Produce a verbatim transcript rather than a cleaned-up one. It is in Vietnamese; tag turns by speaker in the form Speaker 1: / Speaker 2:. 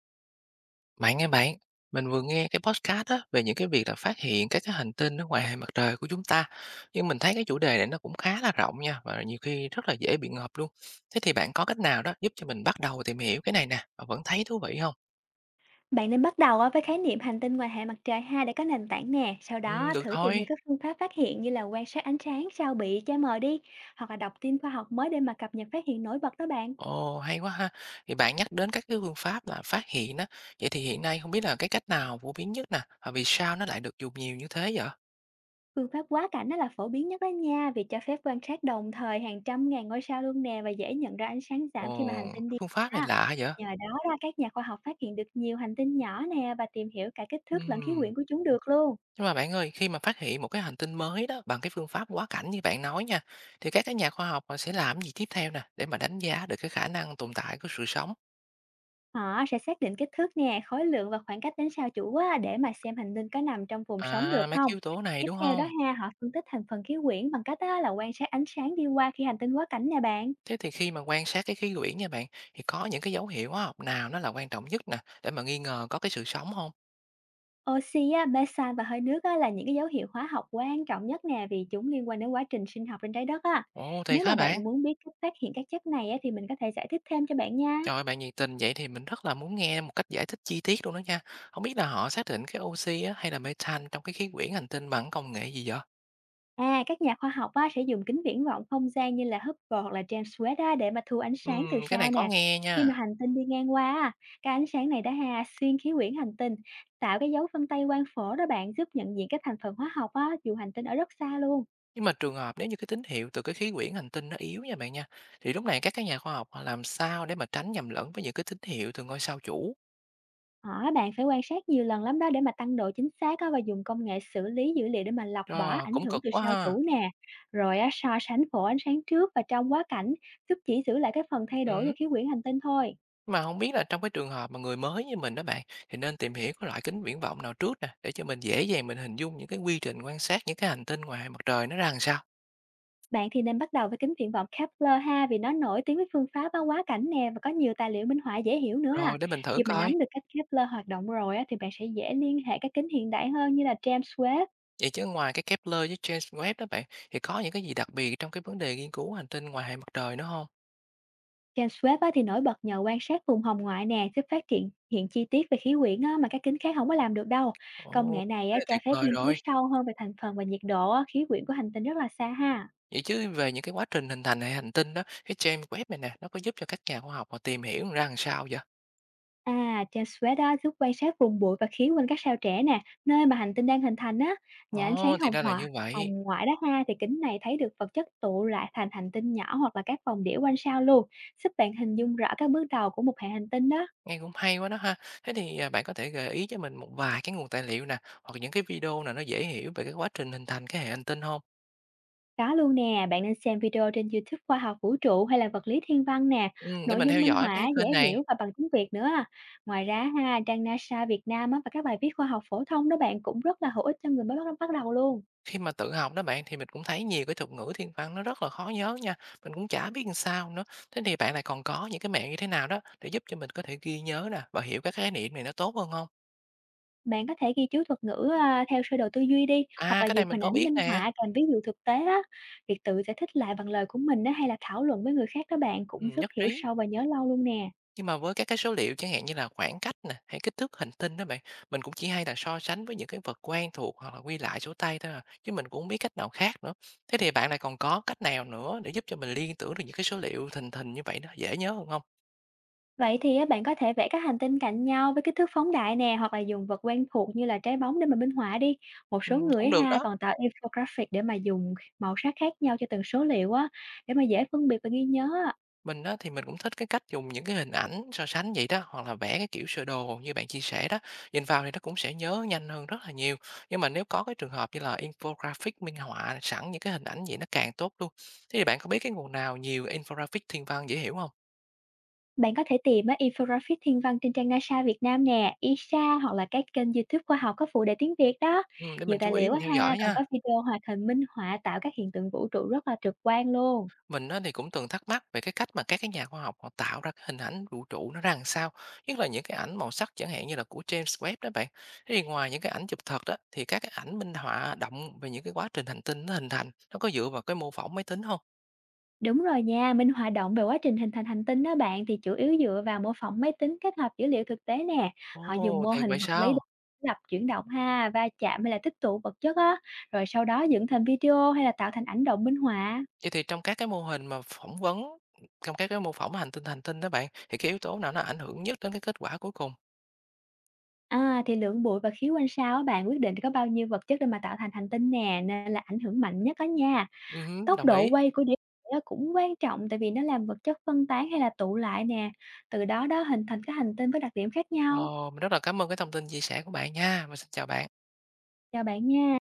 Speaker 1: Bạn nghe bạn, mình vừa nghe cái podcast đó về những cái việc là phát hiện các cái hành tinh ở ngoài hệ mặt trời của chúng ta. Nhưng mình thấy cái chủ đề này nó cũng khá là rộng nha, và nhiều khi rất là dễ bị ngợp luôn. Thế thì bạn có cách nào đó giúp cho mình bắt đầu tìm hiểu cái này nè mà vẫn thấy thú vị không?
Speaker 2: Bạn nên bắt đầu á với khái niệm hành tinh ngoài hệ mặt trời ha để có nền tảng nè, sau
Speaker 1: Ừ,
Speaker 2: đó
Speaker 1: được
Speaker 2: thử tìm hiểu
Speaker 1: thôi.
Speaker 2: các phương pháp phát hiện như là quan sát ánh sáng sao bị che mờ đi, hoặc là đọc tin khoa học mới để mà cập nhật phát hiện nổi bật đó bạn.
Speaker 1: Ồ, hay quá ha. Thì bạn nhắc đến các cái phương pháp là phát hiện đó. Vậy thì hiện nay không biết là cái cách nào phổ biến nhất nè, và vì sao nó lại được dùng nhiều như thế vậy?
Speaker 2: Phương pháp quá cảnh đó là phổ biến nhất đó nha, vì cho phép quan sát đồng thời hàng trăm ngàn ngôi sao luôn nè và dễ nhận ra ánh sáng
Speaker 1: Ồ,
Speaker 2: giảm khi mà hành tinh
Speaker 1: cái
Speaker 2: đi
Speaker 1: phương pháp này
Speaker 2: ha.
Speaker 1: lạ vậy?
Speaker 2: Nhờ đó ra các nhà khoa học phát hiện được nhiều hành tinh nhỏ nè và tìm hiểu cả kích thước
Speaker 1: Ừ.
Speaker 2: lẫn khí quyển của chúng được luôn.
Speaker 1: Nhưng mà bạn ơi, khi mà phát hiện một cái hành tinh mới đó bằng cái phương pháp quá cảnh như bạn nói nha, thì các cái nhà khoa học họ sẽ làm gì tiếp theo nè để mà đánh giá được cái khả năng tồn tại của sự sống?
Speaker 2: Họ sẽ xác định kích thước nè, khối lượng và khoảng cách đến sao chủ á, để mà xem hành tinh có nằm trong vùng sống được
Speaker 1: À, mấy cái
Speaker 2: không.
Speaker 1: yếu tố này
Speaker 2: Tiếp
Speaker 1: đúng
Speaker 2: theo đó
Speaker 1: không?
Speaker 2: ha, họ phân tích thành phần khí quyển bằng cách á, là quan sát ánh sáng đi qua khi hành tinh quá cảnh nè bạn.
Speaker 1: Thế thì khi mà quan sát cái khí quyển nha bạn, thì có những cái dấu hiệu hóa học nào nó là quan trọng nhất nè để mà nghi ngờ có cái sự sống không?
Speaker 2: Oxy, á, metan và hơi nước á, là những cái dấu hiệu hóa học quan trọng nhất nè, vì chúng liên quan đến quá trình sinh học trên trái đất á.
Speaker 1: Ồ, thiệt
Speaker 2: Nếu mà
Speaker 1: hả bạn?
Speaker 2: bạn muốn biết cách phát hiện các chất này á, thì mình có thể giải thích thêm cho bạn nha.
Speaker 1: Trời ơi, bạn nhiệt tình vậy thì mình rất là muốn nghe một cách giải thích chi tiết luôn đó nha. Không biết là họ xác định cái oxy á, hay là methane trong cái khí quyển hành tinh bằng công nghệ gì vậy?
Speaker 2: À, các nhà khoa học á, sẽ dùng kính viễn vọng không gian như là Hubble hoặc là James Webb á, để mà thu ánh sáng từ
Speaker 1: Ừm, cái này
Speaker 2: sao
Speaker 1: có
Speaker 2: nè.
Speaker 1: nghe
Speaker 2: Khi
Speaker 1: nha.
Speaker 2: mà hành tinh đi ngang qua, á, cái ánh sáng này đã hà xuyên khí quyển hành tinh, tạo cái dấu vân tay quang phổ đó bạn, giúp nhận diện các thành phần hóa học á, dù hành tinh ở rất xa luôn.
Speaker 1: Nhưng mà trường hợp nếu như cái tín hiệu từ cái khí quyển hành tinh nó yếu nha bạn nha, thì lúc này các cái nhà khoa học họ làm sao để mà tránh nhầm lẫn với những cái tín hiệu từ ngôi sao chủ?
Speaker 2: Họ bạn phải quan sát nhiều lần lắm đó để mà tăng độ chính xác á, và dùng công nghệ xử lý dữ liệu để mà lọc bỏ
Speaker 1: Ờ,
Speaker 2: ảnh
Speaker 1: cũng
Speaker 2: hưởng
Speaker 1: cực
Speaker 2: từ
Speaker 1: quá
Speaker 2: sao
Speaker 1: ha.
Speaker 2: chủ nè. Rồi á, so sánh phổ ánh sáng trước và trong quá cảnh giúp chỉ giữ lại cái phần thay đổi do
Speaker 1: Ừm,
Speaker 2: khí quyển hành tinh thôi.
Speaker 1: mà không biết là trong cái trường hợp mà người mới như mình đó bạn, thì nên tìm hiểu cái loại kính viễn vọng nào trước nè, để cho mình dễ dàng mình hình dung những cái quy trình quan sát những cái hành tinh ngoài mặt trời nó ra làm sao?
Speaker 2: Bạn thì nên bắt đầu với kính viễn vọng Kepler ha, vì nó nổi tiếng với phương pháp báo quá cảnh nè và có nhiều tài liệu minh họa dễ hiểu nữa à.
Speaker 1: Rồi để mình thử
Speaker 2: Khi mà
Speaker 1: coi.
Speaker 2: nắm được cách Kepler hoạt động rồi á, thì bạn sẽ dễ liên hệ các kính hiện đại hơn như là James Webb.
Speaker 1: Vậy chứ ngoài cái Kepler với James Webb đó bạn, thì có những cái gì đặc biệt trong cái vấn đề nghiên cứu hành tinh ngoài hệ mặt trời nữa không?
Speaker 2: James Webb á, thì nổi bật nhờ quan sát vùng hồng ngoại nè, giúp phát hiện hiện chi tiết về khí quyển á, mà các kính khác không có làm được đâu. Công
Speaker 1: Ồ,
Speaker 2: nghệ này
Speaker 1: thế
Speaker 2: á,
Speaker 1: là
Speaker 2: cho
Speaker 1: tuyệt
Speaker 2: phép
Speaker 1: vời
Speaker 2: nghiên cứu
Speaker 1: rồi!
Speaker 2: sâu hơn về thành phần và nhiệt độ á, khí quyển của hành tinh rất là xa ha.
Speaker 1: Vậy chứ về những cái quá trình hình thành hệ hành tinh đó, cái trang web này nè, nó có giúp cho các nhà khoa học họ tìm hiểu ra làm sao vậy?
Speaker 2: À, trên Sweat á, giúp quan sát vùng bụi và khí quanh các sao trẻ nè, nơi mà hành tinh đang hình thành á. Nhờ ánh sáng
Speaker 1: Ồ, thì
Speaker 2: hồng
Speaker 1: ra là
Speaker 2: ngoại,
Speaker 1: như
Speaker 2: hồng
Speaker 1: vậy.
Speaker 2: ngoại đó ha, thì kính này thấy được vật chất tụ lại thành hành tinh nhỏ hoặc là các vòng đĩa quanh sao luôn. Giúp bạn hình dung rõ các bước đầu của một hệ hành tinh đó.
Speaker 1: Nghe cũng hay quá đó ha. Thế thì à, bạn có thể gợi ý cho mình một vài cái nguồn tài liệu nè, hoặc những cái video nào nó dễ hiểu về cái quá trình hình thành cái hệ hành tinh không?
Speaker 2: Có luôn nè, bạn nên xem video trên YouTube khoa học vũ trụ hay là vật lý thiên văn nè.
Speaker 1: Ừ, để
Speaker 2: Nội
Speaker 1: mình
Speaker 2: dung
Speaker 1: theo
Speaker 2: minh
Speaker 1: dõi
Speaker 2: họa
Speaker 1: mấy
Speaker 2: dễ
Speaker 1: kênh này.
Speaker 2: hiểu và bằng tiếng Việt nữa. Ngoài ra ha, trang NASA Việt Nam á, và các bài viết khoa học phổ thông đó bạn, cũng rất là hữu ích cho người mới bắt bắt đầu luôn.
Speaker 1: Khi mà tự học đó bạn thì mình cũng thấy nhiều cái thuật ngữ thiên văn nó rất là khó nhớ nha. Mình cũng chả biết làm sao nữa. Thế thì bạn lại còn có những cái mẹo như thế nào đó để giúp cho mình có thể ghi nhớ nè và hiểu các khái niệm này nó tốt hơn không?
Speaker 2: Bạn có thể ghi chú thuật ngữ, a, theo sơ đồ tư duy đi, hoặc
Speaker 1: À,
Speaker 2: là
Speaker 1: cái này
Speaker 2: dùng
Speaker 1: mình
Speaker 2: hình
Speaker 1: có
Speaker 2: ảnh
Speaker 1: biết
Speaker 2: minh
Speaker 1: nè.
Speaker 2: họa kèm ví dụ thực tế á. Việc tự giải thích lại bằng lời của mình đó, hay là thảo luận với người khác đó bạn, cũng
Speaker 1: Ừm,
Speaker 2: giúp
Speaker 1: nhất
Speaker 2: hiểu
Speaker 1: trí.
Speaker 2: sâu và nhớ lâu luôn nè.
Speaker 1: Nhưng mà với các cái số liệu chẳng hạn như là khoảng cách nè, hay kích thước hành tinh đó bạn, mình cũng chỉ hay là so sánh với những cái vật quen thuộc hoặc là ghi lại số tay thôi à, chứ mình cũng hông biết cách nào khác nữa. Thế thì bạn lại còn có cách nào nữa để giúp cho mình liên tưởng được những cái số liệu thình thình như vậy đó, dễ nhớ hơn không?
Speaker 2: Vậy thì á, bạn có thể vẽ các hành tinh cạnh nhau với kích thước phóng đại nè, hoặc là dùng vật quen thuộc như là trái bóng để mà minh họa đi. Một số
Speaker 1: Ừm,
Speaker 2: người
Speaker 1: cũng
Speaker 2: ấy
Speaker 1: được
Speaker 2: ha,
Speaker 1: đó.
Speaker 2: còn tạo infographic để mà dùng màu sắc khác nhau cho từng số liệu á, để mà dễ phân biệt và ghi nhớ á.
Speaker 1: Mình á, thì mình cũng thích cái cách dùng những cái hình ảnh so sánh vậy đó, hoặc là vẽ cái kiểu sơ đồ như bạn chia sẻ đó. Nhìn vào thì nó cũng sẽ nhớ nhanh hơn rất là nhiều. Nhưng mà nếu có cái trường hợp như là infographic minh họa sẵn những cái hình ảnh vậy, nó càng tốt luôn. Thế thì bạn có biết cái nguồn nào nhiều infographic thiên văn dễ hiểu không?
Speaker 2: Bạn có thể tìm á, infographic thiên văn trên trang NASA Việt Nam nè, e ét a hoặc là các kênh YouTube khoa học có phụ đề tiếng Việt đó.
Speaker 1: Ừ, để
Speaker 2: Nhiều
Speaker 1: mình
Speaker 2: tài
Speaker 1: chú ý
Speaker 2: liệu á
Speaker 1: mình theo
Speaker 2: ha,
Speaker 1: dõi
Speaker 2: còn
Speaker 1: nha.
Speaker 2: có video hoạt hình minh họa tạo các hiện tượng vũ trụ rất là trực quan luôn.
Speaker 1: Mình á, thì cũng từng thắc mắc về cái cách mà các cái nhà khoa học họ tạo ra cái hình ảnh vũ trụ nó ra làm sao, nhất là những cái ảnh màu sắc chẳng hạn như là của James Webb đó bạn. Thế thì ngoài những cái ảnh chụp thật đó, thì các cái ảnh minh họa động về những cái quá trình hành tinh nó hình thành, nó có dựa vào cái mô phỏng máy tính không?
Speaker 2: Đúng rồi nha, minh họa động về quá trình hình thành hành tinh đó bạn, thì chủ yếu dựa vào mô phỏng máy tính kết hợp dữ liệu thực tế nè. Họ dùng
Speaker 1: Ồ,
Speaker 2: mô
Speaker 1: thiệt
Speaker 2: hình
Speaker 1: vậy
Speaker 2: vật lý để
Speaker 1: sao?
Speaker 2: lập chuyển động ha, va chạm hay là tích tụ vật chất á, rồi sau đó dựng thành video hay là tạo thành ảnh động minh họa.
Speaker 1: Vậy thì trong các cái mô hình mà phỏng vấn, trong các cái mô phỏng hành tinh hành tinh đó bạn, thì cái yếu tố nào nó ảnh hưởng nhất đến cái kết quả cuối cùng?
Speaker 2: À, thì lượng bụi và khí quanh sao á bạn, quyết định có bao nhiêu vật chất để mà tạo thành hành tinh nè, nên là ảnh hưởng mạnh nhất đó nha.
Speaker 1: Ừ,
Speaker 2: Tốc
Speaker 1: đồng
Speaker 2: độ
Speaker 1: ý.
Speaker 2: quay của đĩa nó cũng quan trọng, tại vì nó làm vật chất phân tán hay là tụ lại nè. Từ đó đó hình thành các hành tinh với đặc điểm khác nhau.
Speaker 1: Ồ, mình rất là cảm ơn cái thông tin chia sẻ của bạn nha. Và xin chào bạn.
Speaker 2: Chào bạn nha.